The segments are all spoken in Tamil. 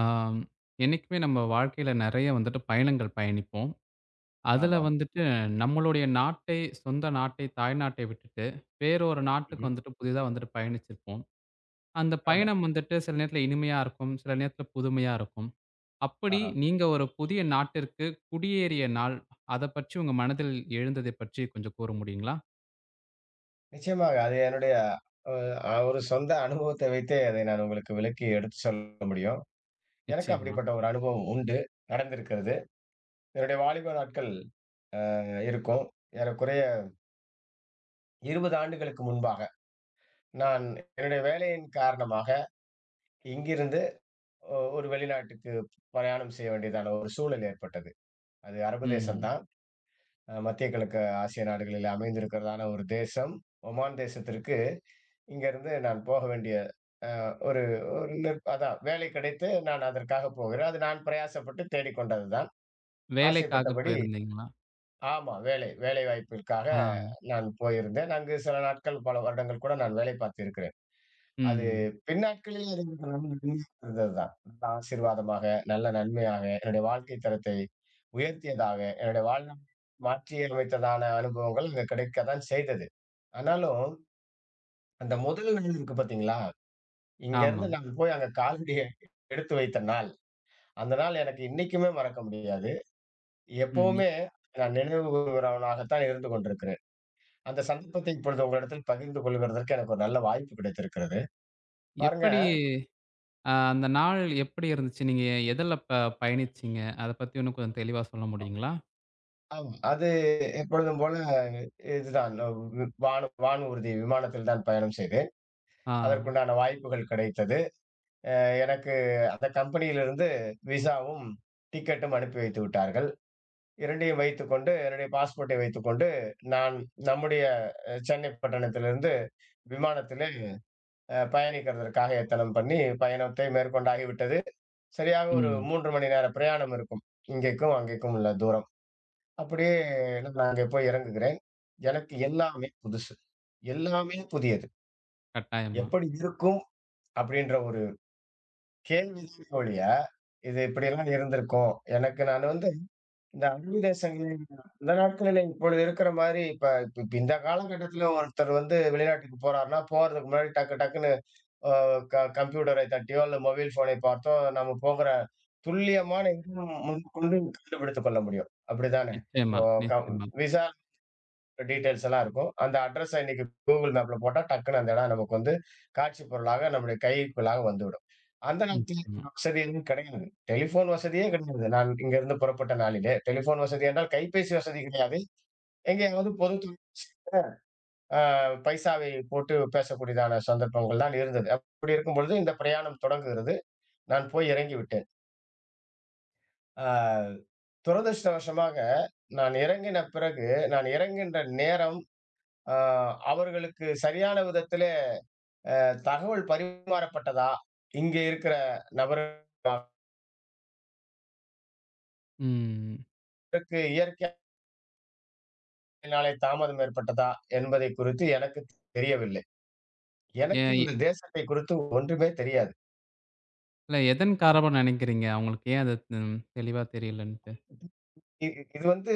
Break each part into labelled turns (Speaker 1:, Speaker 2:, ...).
Speaker 1: ஆம், என்னைக்குமே நம்ம வாழ்க்கையில நிறைய வந்துட்டு பயணங்கள் பயணிப்போம். அதுல
Speaker 2: ஆமாம்.
Speaker 1: வந்துட்டு நம்மளுடைய நாட்டை, சொந்த நாட்டை, தாய்நாட்டை விட்டுட்டு வேறொரு நாட்டுக்கு
Speaker 2: ம்ஹ்ம்.
Speaker 1: வந்துட்டு புதிதா வந்துட்டு பயணிச்சிருப்போம். அந்த
Speaker 2: ஆமா.
Speaker 1: பயணம் வந்துட்டு சில நேரத்துல இனிமையா இருக்கும். சில நேரத்துல புதுமையா இருக்கும். அப்படி
Speaker 2: ஆஹா.
Speaker 1: நீங்க ஒரு புதிய நாட்டிற்கு குடியேறிய நாள், அத பற்றி உங்க மனதில் எழுந்ததை பற்றி கொஞ்சம் கூற முடியுங்களா?
Speaker 2: நிச்சயமாக. அது என்னுடைய அ அ ஒரு சொந்த அனுபவத்தை வைத்தே அதை நான் உங்களுக்கு விளக்கி எடுத்து சொல்ல முடியும். எனக்கு
Speaker 1: நிச்சயமா.
Speaker 2: அப்படிப்பட்ட ஒரு அனுபவம் உண்டு. நடந்திருக்கிறது. என்னுடைய வாலிப நாட்கள் இருக்கும். ஏறக்குறைய 20 ஆண்டுகளுக்கு முன்பாக, நான் என்னுடைய வேலையின் காரணமாக இங்கிருந்து ஒரு வெளிநாட்டுக்கு பிரயாணம் செய்ய வேண்டியதான ஒரு சூழல் ஏற்பட்டது. அது அரபு தேசம்
Speaker 1: ம்.
Speaker 2: தான். மத்திய கிழக்கு ஆசிய நாடுகளில் அமைந்திருக்கிறதான ஒரு தேசம். ஒமான் தேசத்திற்கு இங்கிருந்து நான் போக வேண்டிய ஒரு ஒரு நிற் அதான் வேலை கிடைத்து நான் அதற்காக போகிறேன். அது நான் பிரயாசப்பட்டு தேடிக்கொண்டது தான்.
Speaker 1: வேலைக்காக
Speaker 2: ஆசைப்பட்டபடி
Speaker 1: போயிருந்தீங்களா?
Speaker 2: ஆமா, வேலை வாய்ப்பிற்காக
Speaker 1: ஆ.
Speaker 2: நான் போயிருந்தேன். அங்கு சில நாட்கள், பல வருடங்கள் கூட நான் வேலை பார்த்திருக்கிறேன். அது
Speaker 1: ம்.
Speaker 2: பின்னாட்களில் எனக்கு நன்மை இருந்ததுதான். நல்ல ஆசீர்வாதமாக, நல்ல நன்மையாக, என்னுடைய வாழ்க்கை தரத்தை உயர்த்தியதாக, என்னுடைய வாழ்நாளை மாற்றி அமைத்ததான அனுபவங்கள் அங்க கிடைக்க தான் செய்தது. ஆனாலும் அந்த முதல் நாள் இருக்கு பார்த்தீங்களா?
Speaker 1: ஆமா.
Speaker 2: இங்கேருந்து நான் போய் அங்க காலடிய எடுத்து வைத்த நாள். அந்த நாள் எனக்கு இன்னைக்குமே மறக்க முடியாது.
Speaker 1: ம்.
Speaker 2: எப்பவுமே நான் நினைவு கூர்கிறவனாகத்தான் இருந்து கொண்டிருக்கிறேன். அந்த சந்தர்ப்பத்தை இப்பொழுது உங்களிடத்தில் பகிர்ந்து கொள்கிறதற்கு எனக்கு ஒரு நல்ல வாய்ப்பு கிடைத்திருக்கிறது. பாருங்க
Speaker 1: எப்படி அந்த நாள் எப்படி இருந்துச்சு? நீங்க எதுல பயணிச்சீங்க? அத பத்தி இன்னும் கொஞ்சம் தெளிவா சொல்ல
Speaker 2: ஆமா.
Speaker 1: முடியுங்களா?
Speaker 2: ஆமா. அது எப்பொழுதும் போல இதுதான் வி- வானு வானூர்தி விமானத்தில் தான் பயணம் செய்தேன்.
Speaker 1: ஆ.
Speaker 2: அதற்குண்டான வாய்ப்புகள் கிடைத்தது. எனக்கு அந்த கம்பெனியிலிருந்து விசாவும், டிக்கெட்டும் அனுப்பி வைத்து விட்டார்கள். 2யும் வைத்துக்கொண்டு என்னுடைய பாஸ்போர்ட்டை வைத்துக்கொண்டு நான் நம்முடைய சென்னை பட்டணத்திலிருந்து விமானத்திலே பயணிக்கிறதற்காக எத்தனம் பண்ணி பயணத்தை மேற்கொண்டாகிவிட்டது. சரியாக ஒரு
Speaker 1: ம்.
Speaker 2: 3 மணி நேர பிரயாணம் இருக்கும். இங்கேக்கும், அங்கேக்கும் உள்ள தூரம். அப்படியே நான் அங்கே போய் இறங்குகிறேன். எனக்கு எல்லாமே புதுசு. எல்லாமே புதியது.
Speaker 1: கட்டாயமா.
Speaker 2: எப்படி இருக்கும்? அப்படின்ற ஒரு கேள்வி தான் ஒழிய, இது இப்படியெல்லாம் இருந்திருக்கும். எனக்கு நான் வந்து இந்த அன்யதேசங்களில் அந்த நாட்களில இப்பொழுது இருக்கிற மாரி, இப்ப இப்ப இப்ப இந்த காலகட்டத்தில ஒருத்தர் வந்து வெளிநாட்டுக்கு போறார்ன்னா, போறதுக்கு முன்னாடி டக்கு டக்குன்னு அ க கம்ப்யூட்டரை தட்டியோ, அல்ல மொபைல் ஃபோனை பார்த்தோ, நம்ம போகிற துல்லியமான இடம் முதற்கொண்டு கண்டுபிடித்துக் கொள்ள முடியும். அப்படித்தானே?
Speaker 1: நிச்சயமா,
Speaker 2: இப்போ கம்
Speaker 1: நிச்சயமா,
Speaker 2: விசா டீட்டெயில்ஸ் எல்லாம் இருக்கும். அந்த அட்ரஸ இன்னைக்கு Google மேப்ல போட்டா டக்குனு அந்த இடம் நமக்கு வந்து காட்சி பொருளாக நம்முடைய கைக்குள்ளாக வந்துவிடும். அந்த நேரத்தில
Speaker 1: நிச்சயமா.
Speaker 2: வசதி எதுவும் கிடையாது. டெலிஃபோன் வசதியே கிடையாது. நான் இங்கிருந்து புறப்பட்ட நாளிலே. டெலிஃபோன் வசதி என்றால் கைபேசி வசதி கிடையாது. எங்கேயாவது பொது தொ அ பைசாவை போட்டு பேசக்கூடியதான சந்தர்ப்பங்கள் தான் இருந்தது. அப்படி இருக்கும் பொழுது இந்த பிரயாணம் தொடங்குகிறது. நான் போய் இறங்கி விட்டேன். ஆ துரதிர்ஷ்டவசமாக நான் இறங்கின பிறகு நான் இறங்குகின்ற நேரம், ஆ அவர்களுக்கு சரியான விதத்தில் தகவல் பரிமாறப்பட்டதா? இங்க இருக்கிற நபருக்கு
Speaker 1: ம்.
Speaker 2: இயற்கையினாலே தாமதம் ஏற்பட்டதா? என்பதை குறித்து எனக்கு தெரியவில்லை. எனக்கு
Speaker 1: ஏ
Speaker 2: இந்த தேசத்தை குறித்து ஒன்றுமே தெரியாது.
Speaker 1: இல்ல எதன் காரணமா நினைக்கிறீங்க? அவங்களுக்கு ஏன் அது தெளிவா தெரியலன்ட்டு?
Speaker 2: இ இது வந்து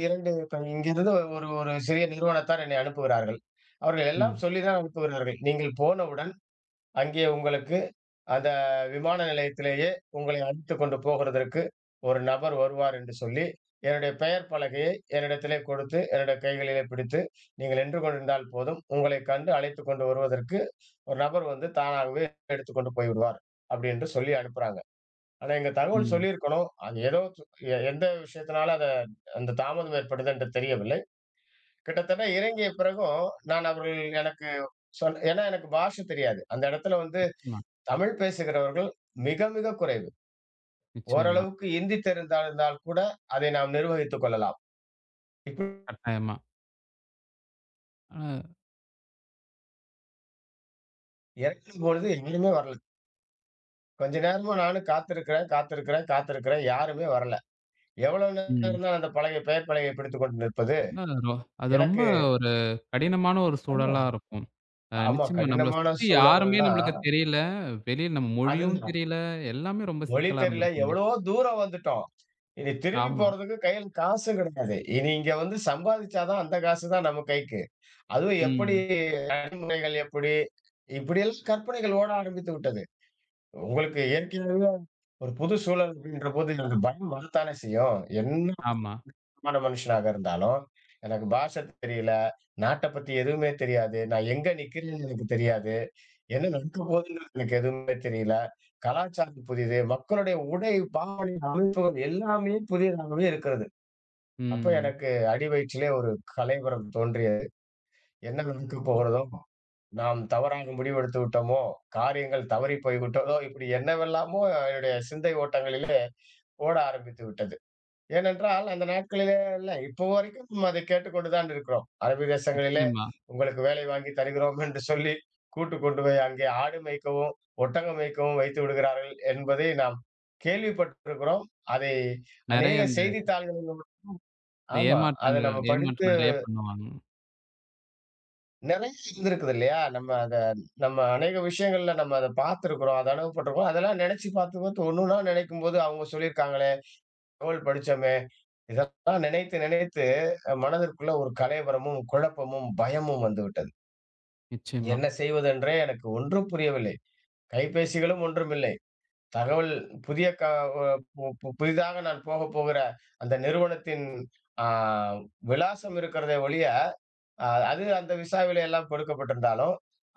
Speaker 2: இ 2 இப்ப இங்கிருந்து ஒரு ஒரு சிறிய நிறுவனத்தார் என்னை அனுப்புகிறார்கள். அவர்கள் எல்லாம்
Speaker 1: ம்,
Speaker 2: சொல்லி தான் அனுப்புகிறார்கள். நீங்கள் போனவுடன் அங்கே உங்களுக்கு அந்த விமான நிலையத்திலேயே உங்களை அழைத்துக் கொண்டு போகிறதற்கு ஒரு நபர் வருவார் என்று சொல்லி, என்னுடைய பெயர் பலகையை என்னிடத்திலே கொடுத்து, என்னுடைய கைகளிலே பிடித்து, நீங்கள் நின்று கொண்டிருந்தால் போதும், உங்களைக் கண்டு அழைத்துக் கொண்டு வருவதற்கு ஒரு நபர் வந்து தானாகவே எடுத்துக் கொண்டு போய்விடுவார். அப்படி என்று சொல்லி அனுப்புறாங்க. ஆனா இங்க தகவல்
Speaker 1: ம்.
Speaker 2: சொல்லியிருக்கணும். அது ஏதோ து- எ எந்த விஷயத்தினால அத அந்த தாமதம் ஏற்பட்டது என்று தெரியவில்லை. கிட்டத்தட்ட இறங்கிய பிறகும் நான் அவர்கள் எனக்கு ஏன்னா எனக்கு பாஷை தெரியாது. அந்த இடத்துல வந்து
Speaker 1: நிச்சயமா,
Speaker 2: தமிழ் பேசுகிறவர்கள் மிக மிக குறைவு.
Speaker 1: நிச்சயமா.
Speaker 2: ஓரளவுக்கு இந்தி தெரிந்திருந்தால் கூட அதை நாம் நிர்வகித்துக் கொள்ளலாம். இப்ப
Speaker 1: கட்டாயமா. அ
Speaker 2: இறக்கும் பொழுது யாருமே வரல. கொஞ்ச நேரமா நானும் காத்திருக்கிறேன், காத்திருக்கிறேன், காத்திருக்கிறேன். யாருமே வரல. எவ்வளவு
Speaker 1: ம்.
Speaker 2: நேரம் தான் அந்த பலகை, பெயர் பலகையை பிடித்துக் கொண்டு நிற்பது?
Speaker 1: ஆனா அது ரொம்ப
Speaker 2: எனக்கு
Speaker 1: ஒரு கடினமான ஒரு
Speaker 2: ஆமா.
Speaker 1: சூழலா இருக்கும். அ
Speaker 2: ஆமா,
Speaker 1: நிச்சயமா நம்மள
Speaker 2: கடினமான
Speaker 1: சுத்தி யாருமே
Speaker 2: சூழல்னா
Speaker 1: நம்மளுக்கு தெரியல. வெளியில நம்ம மொழியும்
Speaker 2: அதுதான்.
Speaker 1: தெரியல. எல்லாமே ரொம்ப
Speaker 2: மொழி
Speaker 1: சிக்கலா
Speaker 2: தெரியல
Speaker 1: இருந்திருக்கும்.
Speaker 2: எவ்வளவோ தூரம் வந்துட்டோம். இனி திரும்பி
Speaker 1: ஆமா.
Speaker 2: போறதுக்கு கையில காசும் கிடையாது. இனி இங்க வந்து சம்பாதிச்சா தான் அந்த காசு தான் நம்ம கைக்கு. அதுவும் எப்படி
Speaker 1: ம்.
Speaker 2: நடைமுறைகள் எப்படி? இப்படியெல்லாம் கற்பனைகள் ஓட ஆரம்பித்து விட்டது. உங்களுக்கு இயற்கையாகவே ஒரு புது சூழல் அப்படின்றபோது எனக்கு பயம் வரத்தானே செய்யும். என்ன
Speaker 1: ஆமா.
Speaker 2: விதமான மனுஷனாக இருந்தாலும், எனக்கு பாஷை தெரியல, நாட்ட பத்தி எதுவுமே தெரியாது. நான் எங்க நிக்கிறேன்னு எனக்கு தெரியாது. என்ன நடக்க போகுதுன்றது எனக்கு எதுவுமே தெரியல. கலாச்சாரம் புதிது. மக்களுடைய உடை, பாவனை, அமைப்புகள் எல்லாமே புதியதாகவே இருக்கிறது. அப்ப
Speaker 1: ம்.
Speaker 2: எனக்கு அடி வயிற்றிலே ஒரு கலைவரம் தோன்றியது. என்ன நடக்க
Speaker 1: ம்.
Speaker 2: போகிறதோ! நாம் தவறாக முடிவெடுத்து விட்டோமோ! காரியங்கள் தவறி போய்விட்டதோ! இப்படி என்னவெல்லாமோ என்னுடைய சிந்தை ஓட்டங்களிலே ஓட ஆரம்பித்து விட்டது. ஏனென்றால், அந்த நாட்களிலே இல்ல இப்போ வரைக்கும் நம்ம அதை கேட்டுக்கொண்டு தான் இருக்கிறோம். அரபி தேசங்களிலே
Speaker 1: நிச்சயமா.
Speaker 2: உங்களுக்கு வேலை வாங்கி தருகிறோம் என்று சொல்லி, கூட்டு கொண்டு போய் அங்கே ஆடு மேய்க்கவும், ஒட்டகம் மேய்க்கவும் வைத்து விடுகிறார்கள் என்பதை நாம் கேள்விப்பட்டிருக்கிறோம். அதை
Speaker 1: நெறைய
Speaker 2: அநேக
Speaker 1: இந்த
Speaker 2: செய்தித்தாள்களில்
Speaker 1: இந்த
Speaker 2: ஆமா. அதை நம்ம படித்து
Speaker 1: ஏமாற்றம் நெறைய பண்ணுவாங்க.
Speaker 2: நிறைய இருந்திருக்குது இல்லையா? நம்ம அநேக விஷயங்கள்ல நம்ம அத பார்த்திருக்கிறோம். அத அனுபவப்பட்டுருக்கோம். அதெல்லாம் நினைச்சு பார்க்கும்போது ஒண்ணொன்னா நினைக்கும்போது, அவங்க சொல்லியிருக்காங்களே, நூல் படிச்சோமே, இதெல்லாம் நினைத்து நினைத்து மனதிற்குள்ள ஒரு கலவரமும், குழப்பமும், பயமும் வந்துவிட்டது.
Speaker 1: நிச்சயமா,
Speaker 2: என்ன செய்வதென்றே எனக்கு ஒன்றும் புரியவில்லை. கைபேசிகளும் ஒன்றுமில்லை. தகவல் புதிய க அ பு பு புதிதாக நான் போகப் போகிற அந்த நிறுவனத்தின் ஆ விலாசம் இருக்கிறதே ஒழிய அது அந்த விசாவிலே எல்லாம் கொடுக்கப்பட்டிருந்தாலும்,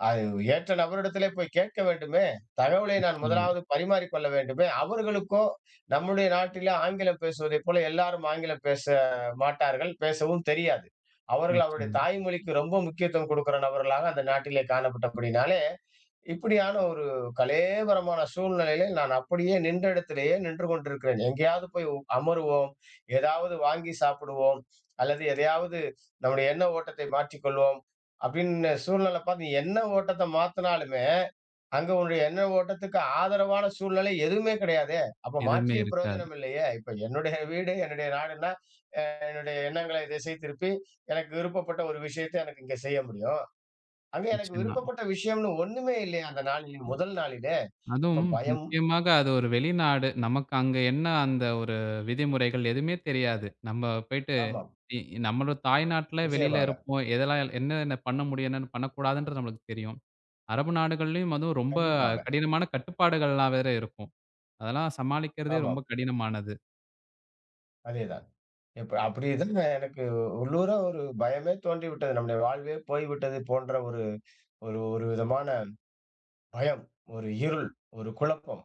Speaker 2: அது ஏற்ற நபரிடத்திலே போய் கேட்க வேண்டுமே! தகவலை நான்
Speaker 1: நிச்சயமா,
Speaker 2: முதலாவது பரிமாறிக்கொள்ள வேண்டுமே! அவர்களுக்கோ நம்முடைய நாட்டிலே ஆங்கிலம் பேசுவதைப் போல எல்லாரும் ஆங்கிலம் பேச மாட்டார்கள், பேசவும் தெரியாது. அவர்கள் அவருடைய
Speaker 1: நிச்சயமா.
Speaker 2: தாய்மொழிக்கு ரொம்ப முக்கியத்துவம் குடுக்கிற நபர்களாக அந்த நாட்டிலே காணப்பட்டபடினாலே, இப்படியான ஒரு கலேவரமான சூழ்நிலையிலே நான் அப்படியே நின்ற இடத்திலேயே நின்று கொண்டிருக்கிறேன். எங்கேயாவது போய் அமருவோம், ஏதாவது வாங்கி சாப்பிடுவோம், அல்லது எதையாவது நம்முடைய எண்ண ஓட்டத்தை மாற்றிக்கொள்வோம். அப்படின்னு சூழ்நிலை பார்த்து நீ எண்ண ஓட்டத்த மாத்துனாலுமே, அங்க உன்னுடைய எண்ண ஓட்டத்துக்கு ஆதரவான சூழ்நிலை எதுவுமே கிடையாதே! அப்ப
Speaker 1: எதுவுமே
Speaker 2: மாற்றிய
Speaker 1: இருக்காது.
Speaker 2: பிரயோஜனம் இல்லையே! இப்ப என்னுடைய வீடு, என்னுடைய நாடுன்னா, அ என்னுடைய எண்ணங்களை திசை திருப்பி, எனக்கு விருப்பப்பட்ட ஒரு விஷயத்த எனக்கு இங்க செய்ய முடியும். அங்க எனக்கு
Speaker 1: நிச்சயமா.
Speaker 2: விருப்பப்பட்ட விஷயம்னு ஒண்ணுமே இல்லையே அந்த நாளில் முதல் நாளிலே!
Speaker 1: அதுவும்
Speaker 2: அப்ப பயம்
Speaker 1: முக்கியமாக அது ஒரு வெளிநாடு. நமக்கு அங்க என்ன அந்த ஒரு விதிமுறைகள் எதுவுமே தெரியாது. நம்ம போயிட்டு
Speaker 2: ஆமாம்.
Speaker 1: இ நம்மளோட தாய்நாட்ல வெளியில
Speaker 2: நிச்சயமாக.
Speaker 1: இருப்போம். எதெல்லாம் என்னென்ன பண்ண முடியும், என்னென்ன பண்ணக்கூடாதுன்றது நம்மளுக்கு தெரியும். அரபு நாடுகள்லயும் அதுவும் ரொம்ப
Speaker 2: கண்டிப்பாக.
Speaker 1: கடினமான கட்டுப்பாடுகள்லாம் வேற இருக்கும். அதெல்லாம் சமாளிக்கிறதே ரொம்ப
Speaker 2: ஆமாம்.
Speaker 1: கடினமானது.
Speaker 2: அதேதான். இப்ப அப்படிதான் எனக்கு உள்ளூர ஒரு பயமே தோன்றிவிட்டது. நம்முடைய வாழ்வே போய்விட்டது போன்ற ஒரு ஒரு ஒரு விதமான பயம், ஒரு இருள், ஒரு குழப்பம்.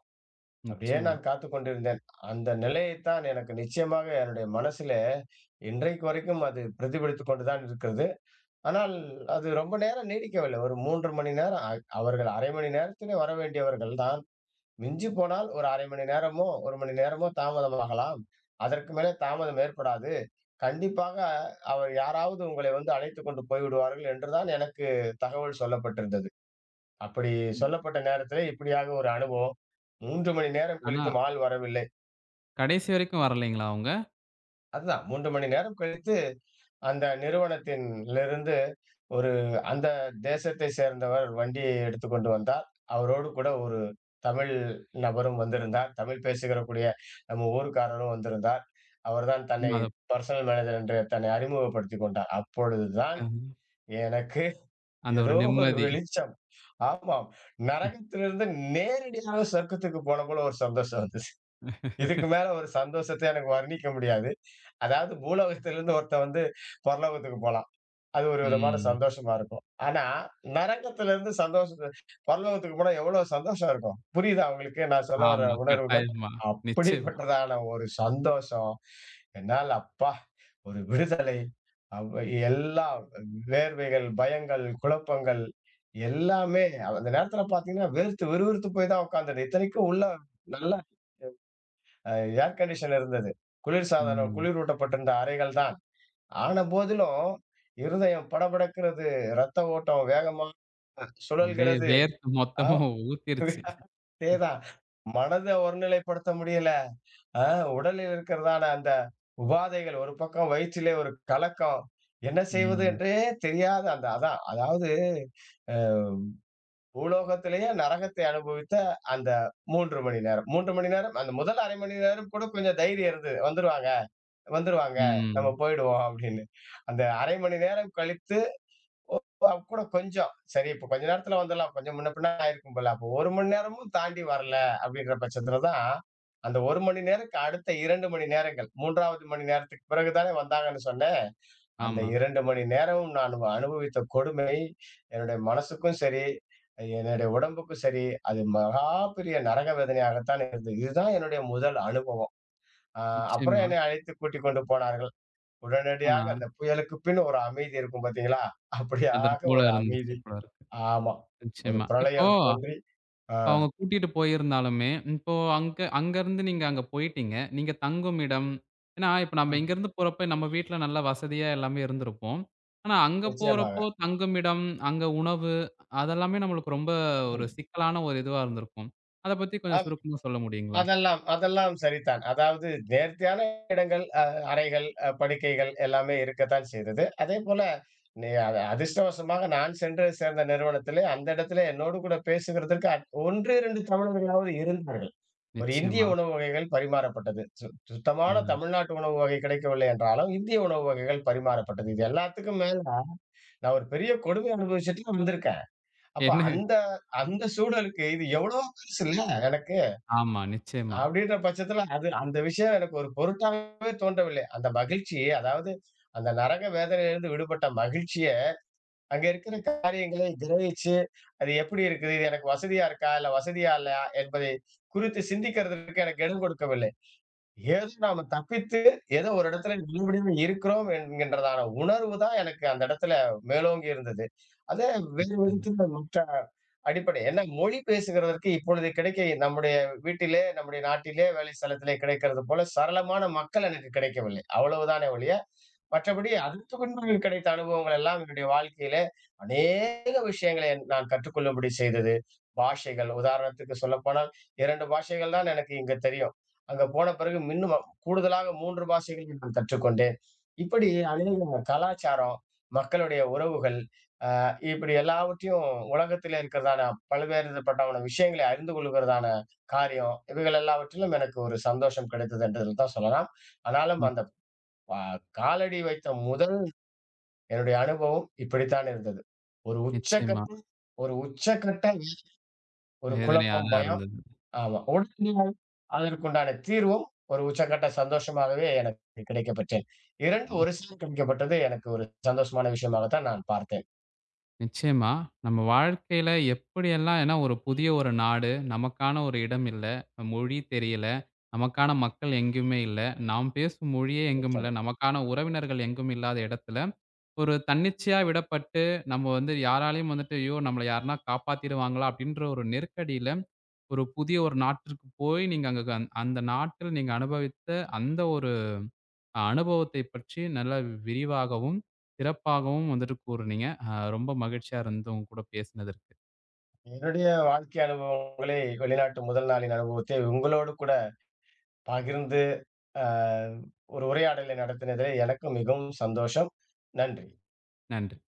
Speaker 2: அப்படியே
Speaker 1: நிச்சயமா.
Speaker 2: நான் காத்துக் கொண்டிருந்தேன். அந்த நிலையைத்தான் எனக்கு நிச்சயமாக என்னுடைய மனசிலே இன்றைக்கு வரைக்கும் அது பிரதிபலித்துக் கொண்டு தான் இருக்கிறது. ஆனால் அது ரொம்ப நேரம் நீடிக்கவில்லை. ஒரு 3 மணி நேரம். அவர்கள் 1/2 மணி நேரத்திலே வர வேண்டியவர்கள் தான். மிஞ்சிப் போனால் ஒரு 1/2 மணி நேரமோ, 1 மணி நேரமோ தாமதமாகலாம். அதற்கு மேலே தாமதம் ஏற்படாது. கண்டிப்பாக அவர் யாராவது உங்களை வந்து அழைத்துக் கொண்டு போய்விடுவார்கள் என்று தான் எனக்கு தகவல் சொல்லப்பட்டிருந்தது. அப்படி சொல்லப்பட்ட நேரத்திலே இப்படியாக ஒரு அனுபவம். 3 மணி நேரம்
Speaker 1: ஆனா,
Speaker 2: கழித்தும் ஆள் வரவில்லை.
Speaker 1: கடைசி வரைக்கும் வரலைங்களா அவங்க?
Speaker 2: அதுதான் 3 மணி நேரம் கழித்து அந்த நிறுவனத்தின் லிருந்து ஒரு அந்த தேசத்தை சேர்ந்தவர் வண்டியை எடுத்துக்கொண்டு வந்தார். அவரோடு கூட ஒரு தமிழ் நபரும் வந்திருந்தார். தமிழ் பேசுகிறக்கூடிய நம்ம ஊர்க்காரரும் வந்திருந்தார். அவர்தான் தன்னை
Speaker 1: நிச்சயமா அத
Speaker 2: பர்சனல் மேனேஜர் என்று தன்னை அறிமுகப்படுத்திக் கொண்டார். அப்பொழுதுதான்
Speaker 1: அ
Speaker 2: எனக்கு
Speaker 1: அந்த ஒரு
Speaker 2: ஏதோ ஒரு
Speaker 1: நிம்மதி.
Speaker 2: வெளிச்சம். ஆமாம். நரகத்திலிருந்து நேரடியாக சொர்க்கத்துக்கு போன போல ஒரு சந்தோஷம் வந்துச்சு. இதுக்கு மேல ஒரு சந்தோஷத்த எனக்கு வர்ணிக்க முடியாது. அதாவது பூலோகத்திலிருந்து ஒருத்தன் வந்து பரலோகத்துக்கு போலாம். அது ஒரு விதமான
Speaker 1: ம்.
Speaker 2: சந்தோஷமா இருக்கும். ஆனா, நரகத்துல இருந்து சந்தோஷத்த பரலோகத்துக்கு போனா எவ்வளவு சந்தோஷம் இருக்கும். புரியுதா உங்களுக்கு நான் சொல்ல வர
Speaker 1: ஆமா.
Speaker 2: உணர்வுகள்?
Speaker 1: கட்டாயமா. நிச்சயமா.
Speaker 2: அப்படிப்பட்டதான ஒரு சந்தோஷம், என்னால அப்பா ஒரு விடுதலை, அவ் எல்லா வேர்வைகள், பயங்கள், குழப்பங்கள் எல்லாமே அந்த நேரத்துல பார்த்தீங்கன்னா, வேர்த்து விறுவிறுத்து போய் தான் உட்கார்ந்தது. இத்தனைக்கும் உள்ள நல்ல அ ஏர் கண்டிஷன் இருந்தது. குளிர்சாதனம்
Speaker 1: ம்.
Speaker 2: குளிரூட்டப்பட்டிருந்த அறைகள் தான். ஆன போதிலும், இருதயம் படபடக்கிறது, ரத்த ஓட்டம் வேகமா
Speaker 1: அப்படியே
Speaker 2: சுழல்கிறது.
Speaker 1: வேர்த்து
Speaker 2: ஆ
Speaker 1: மொத்தமா ஊத்திருச்சு.
Speaker 2: அதேதான். மனத ஒருநிலைப்படுத்த முடியல. ஆ உடலில் இருக்கிறதான அந்த உபாதைகள், ஒரு பக்கம் வயிற்றிலே ஒரு கலக்கம். என்ன செய்வது
Speaker 1: ம்.
Speaker 2: என்றே தெரியாத அந்த அதான். அதாவது அ பூலோகத்திலேயே நரகத்தை அனுபவித்த அந்த 3 மணி நேரம். 3 மணி நேரம் அந்த முதல் 1/2 மணி நேரம் கூட கொஞ்சம் தைரியம் இருந்தது. வந்துருவாங்க, வந்துருவாங்க. நம்ம
Speaker 1: ம்.
Speaker 2: போயிடுவோம் அப்படின்னு. அந்த 1/2 மணி நேரம் கழித்து அவ கூட கொஞ்சம். சரி இப்ப கொஞ்ச நேரத்துல வந்துரலாம். கொஞ்சம் முன்ன பின்ன ஆயிருக்கும் போல. அப்போ 1 மணி நேரமும் தாண்டி வரல அப்படின்ற பட்சத்துல தான், அந்த 1 மணி நேரக்கு அடுத்த 2 மணி நேரங்கள், 3வது மணி நேரத்துக்கு பிறகு தானே வந்தாங்கன்னு சொன்னேன். அந்த
Speaker 1: ஆமா.
Speaker 2: 2 மணி நேரமும் நான் அனுபவித்த கொடுமை, என்னுடைய மனசுக்கும் சரி, என்னுடைய உடம்புக்கும் சரி, அது மகா பெரிய நரக வேதனையாகத்தான் இருந்தது. இதுதான் என்னுடைய முதல் அனுபவம். அ அப்புறம்
Speaker 1: நிச்சயமா.
Speaker 2: என்னை அழைத்து கூட்டிக் கொண்டு போனார்கள்.
Speaker 1: ஆ.
Speaker 2: உடனடியாக அந்த புயலுக்கு பின் ஒரு அமைதி இருக்கும் பாத்தீங்களா?
Speaker 1: அதர்
Speaker 2: அப்படியாக
Speaker 1: போல
Speaker 2: ஒரு
Speaker 1: இருந்துச்சு
Speaker 2: அமைதி.
Speaker 1: போல இருக்கு.
Speaker 2: ஆமா. ஒரு
Speaker 1: நிச்சயமா. இப்போ
Speaker 2: பிரளயம் தோன்றி ஆ,
Speaker 1: அவங்க கூட்டிட்டு போயிருந்தாலுமே, இப்போ அங்க அங்கருந்து நீங்க அங்க போயிட்டீங்க. நீங்க தங்கும் இடம் ஏன்னா, இப்ப நம்ம
Speaker 2: ம்.
Speaker 1: இங்கருந்து போறப்ப நம்ம வீட்ல நல்ல வசதியா எல்லாமே இருந்திருப்போம். ஆனா, அங்க
Speaker 2: நிச்சயமாக.
Speaker 1: போறப்போ தங்கும் இடம், அங்க உணவு அதெல்லாமே நம்மளுக்கு ரொம்ப ஒரு
Speaker 2: ம்.
Speaker 1: சிக்கலான ஒரு இதுவா இருந்திருக்கும். அத பத்தி கொஞ்சம்
Speaker 2: ஆம்.
Speaker 1: சுருக்கமா சொல்ல முடியுங்களா?
Speaker 2: அதெல்லாம் அதெல்லாம் சரிதான். அதாவது நேர்த்தியான இடங்கள், அறைகள், படுக்கைகள் எல்லாமே இருக்கத்தான் செய்தது. அதேபோல நீ அத அதிர்ஷ்டவசமாக நான் சென்று சேர்ந்த நிறுவனத்திலே, அந்த இடத்திலே என்னோடு கூட பேசுகிறதற்கு 1, 2 தமிழர்களாவது இருந்தார்கள். ஒரு இந்திய
Speaker 1: நிச்சயமா.
Speaker 2: உணவு வகைகள் பரிமாறப்பட்டது.
Speaker 1: ஆ.
Speaker 2: சுத்தமான தமிழ்நாட்டு உணவு வகை கிடைக்கவில்லை என்றாலும், இந்திய உணவு வகைகள் பரிமாறப்பட்டது. இது எல்லாத்துக்கும் மேல நான் ஒரு பெரிய கொடுமை அனுபவிச்சுட்டு வந்திருக்கேன். அப்ப
Speaker 1: என்ன
Speaker 2: அந்த அந்த சூழலுக்கு இது எவ்வளோ பெருசுல்ல எனக்கு.
Speaker 1: ஆமா, நிச்சயமா.
Speaker 2: அப்படின்ற பட்சத்துல அது அந்த விஷயம் எனக்கு ஒரு பொருட்டாவே தோன்றவில்லை. அந்த மகிழ்ச்சி அதாவது அந்த நரக வேதனையிலிருந்து விடுபட்ட மகிழ்ச்சிய, அங்க இருக்கிற காரியங்களை கிரகிச்சு, அது எப்படி இருக்குது? இது எனக்கு வசதியா இருக்கா? இல்ல வசதியா இல்லையா? என்பதை குறித்து சிந்திக்கிறதற்கு எனக்கு இடம் கொடுக்கவில்லை. ஏதோ நாம தப்பித்து ஏதோ ஒரு இடத்துல மறுபடியும் இருக்கிறோம் என்கின்றதான உணர்வு தான் எனக்கு அந்த இடத்துல மேலோங்கி இருந்தது. அதே வேறு
Speaker 1: நிச்சயமா.
Speaker 2: விதத்துல மற்ற அடிப்படை ஏன்னா மொழி பேசுகிறதற்கு இப்பொழுது கிடைக்க நம்முடைய வீட்டிலே, நம்முடைய நாட்டிலே, வேலை ஸ்தலத்திலே கிடைக்கிறது போல சரளமான மக்கள் எனக்கு கிடைக்கவில்லை. அவ்வளவுதானே ஒழிய மற்றபடி அதற்கு பின்பு கிடைத்த அனுபவங்கள் எல்லாம் என்னுடைய வாழ்க்கையிலே அநேக விஷயங்களை நான் கற்றுக்கொள்ளும்படி செய்தது. பாஷைகள் உதாரணத்துக்கு சொல்லப்போனால் 2 பாஷைகள் தான் எனக்கு இங்க தெரியும். அங்க போன பிறகு மின்னும் கூடுதலாக 3 பாஷைகள் நான் கற்றுக்கொண்டேன். இப்படி அநேக கலாச்சாரம், மக்களுடைய உறவுகள், இப்படி எல்லாவற்றையும் உலகத்திலே இருக்கிறதான பல்வேறுபட்டவன விஷயங்களை அறிந்து கொள்ளுகிறதான காரியம், இவைகள் எல்லாவற்றிலும் எனக்கு ஒரு சந்தோஷம் கிடைத்தது என்றதில் தான் சொல்லலாம். ஆனாலும்
Speaker 1: நி
Speaker 2: அந்த ப காலடி வைத்த முத என்னுடைய அனுபவம் இப்படித்தான் இருந்தது. ஒரு
Speaker 1: நிச்சயமா.
Speaker 2: உச்சக்கட்ட ஒரு உச்சக்கட்ட ஒரு
Speaker 1: வேதனையா
Speaker 2: குழப்பம்,
Speaker 1: தான்
Speaker 2: பயம்.
Speaker 1: இருந்தது.
Speaker 2: ஆமா. உடனடியாக அதற்குண்டான தீர்வும் ஒரு உச்சக்கட்ட சந்தோஷமாகவே எனக்கு கிடைக்கப் பெற்றேன். 2 ஒரு சேர கிடைக்கப்பட்டது எனக்கு ஒரு சந்தோஷமான விஷயமாகத்தான் நான் பார்த்தேன்.
Speaker 1: நிச்சயமா. நம்ம வாழ்க்கையில எப்படியெல்லாம் ஏன்னா ஒரு புதிய ஒரு நாடு, நமக்கான ஒரு இடம் இல்ல, மொழி தெரியல, நமக்கான மக்கள் எங்கேயுமே இல்ல, நாம் பேசும் மொழியே எங்கும் இல்ல,
Speaker 2: நிச்சயமா.
Speaker 1: நமக்கான உறவினர்கள் எங்கும் இல்லாத இடத்துல, ஒரு தன்னிச்சையா விடப்பட்டு, நம்ம வந்து யாராலயும் வந்துட்டு, "ஐயோ! நம்மள யாருனா காப்பாத்திருவாங்களா?" அப்படின்ற ஒரு நெருக்கடியில, ஒரு புதிய ஒரு நாட்டிற்கு போய், நீங்க அங்க அந்த நாட்டில் நீங்க அனுபவித்த அந்த ஒரு அனுபவத்தைப் பற்றி நல்லா விரிவாகவும், சிறப்பாகவும் வந்துட்டு கூறுனீங்க. அ ரொம்ப மகிழ்ச்சியா இருந்து உங்க கூட பேசினதற்கு.
Speaker 2: என்னுடைய வாழ்க்கை அனுபவங்களை வெளிநாட்டு முதல் நாளின் அனுபவத்தை உங்களோடு கூட பகிர்ந்து, அ ஒரு உரையாடலை நடத்தினதிலே எனக்கும் மிகவும் சந்தோஷம். நன்றி.
Speaker 1: நன்றி.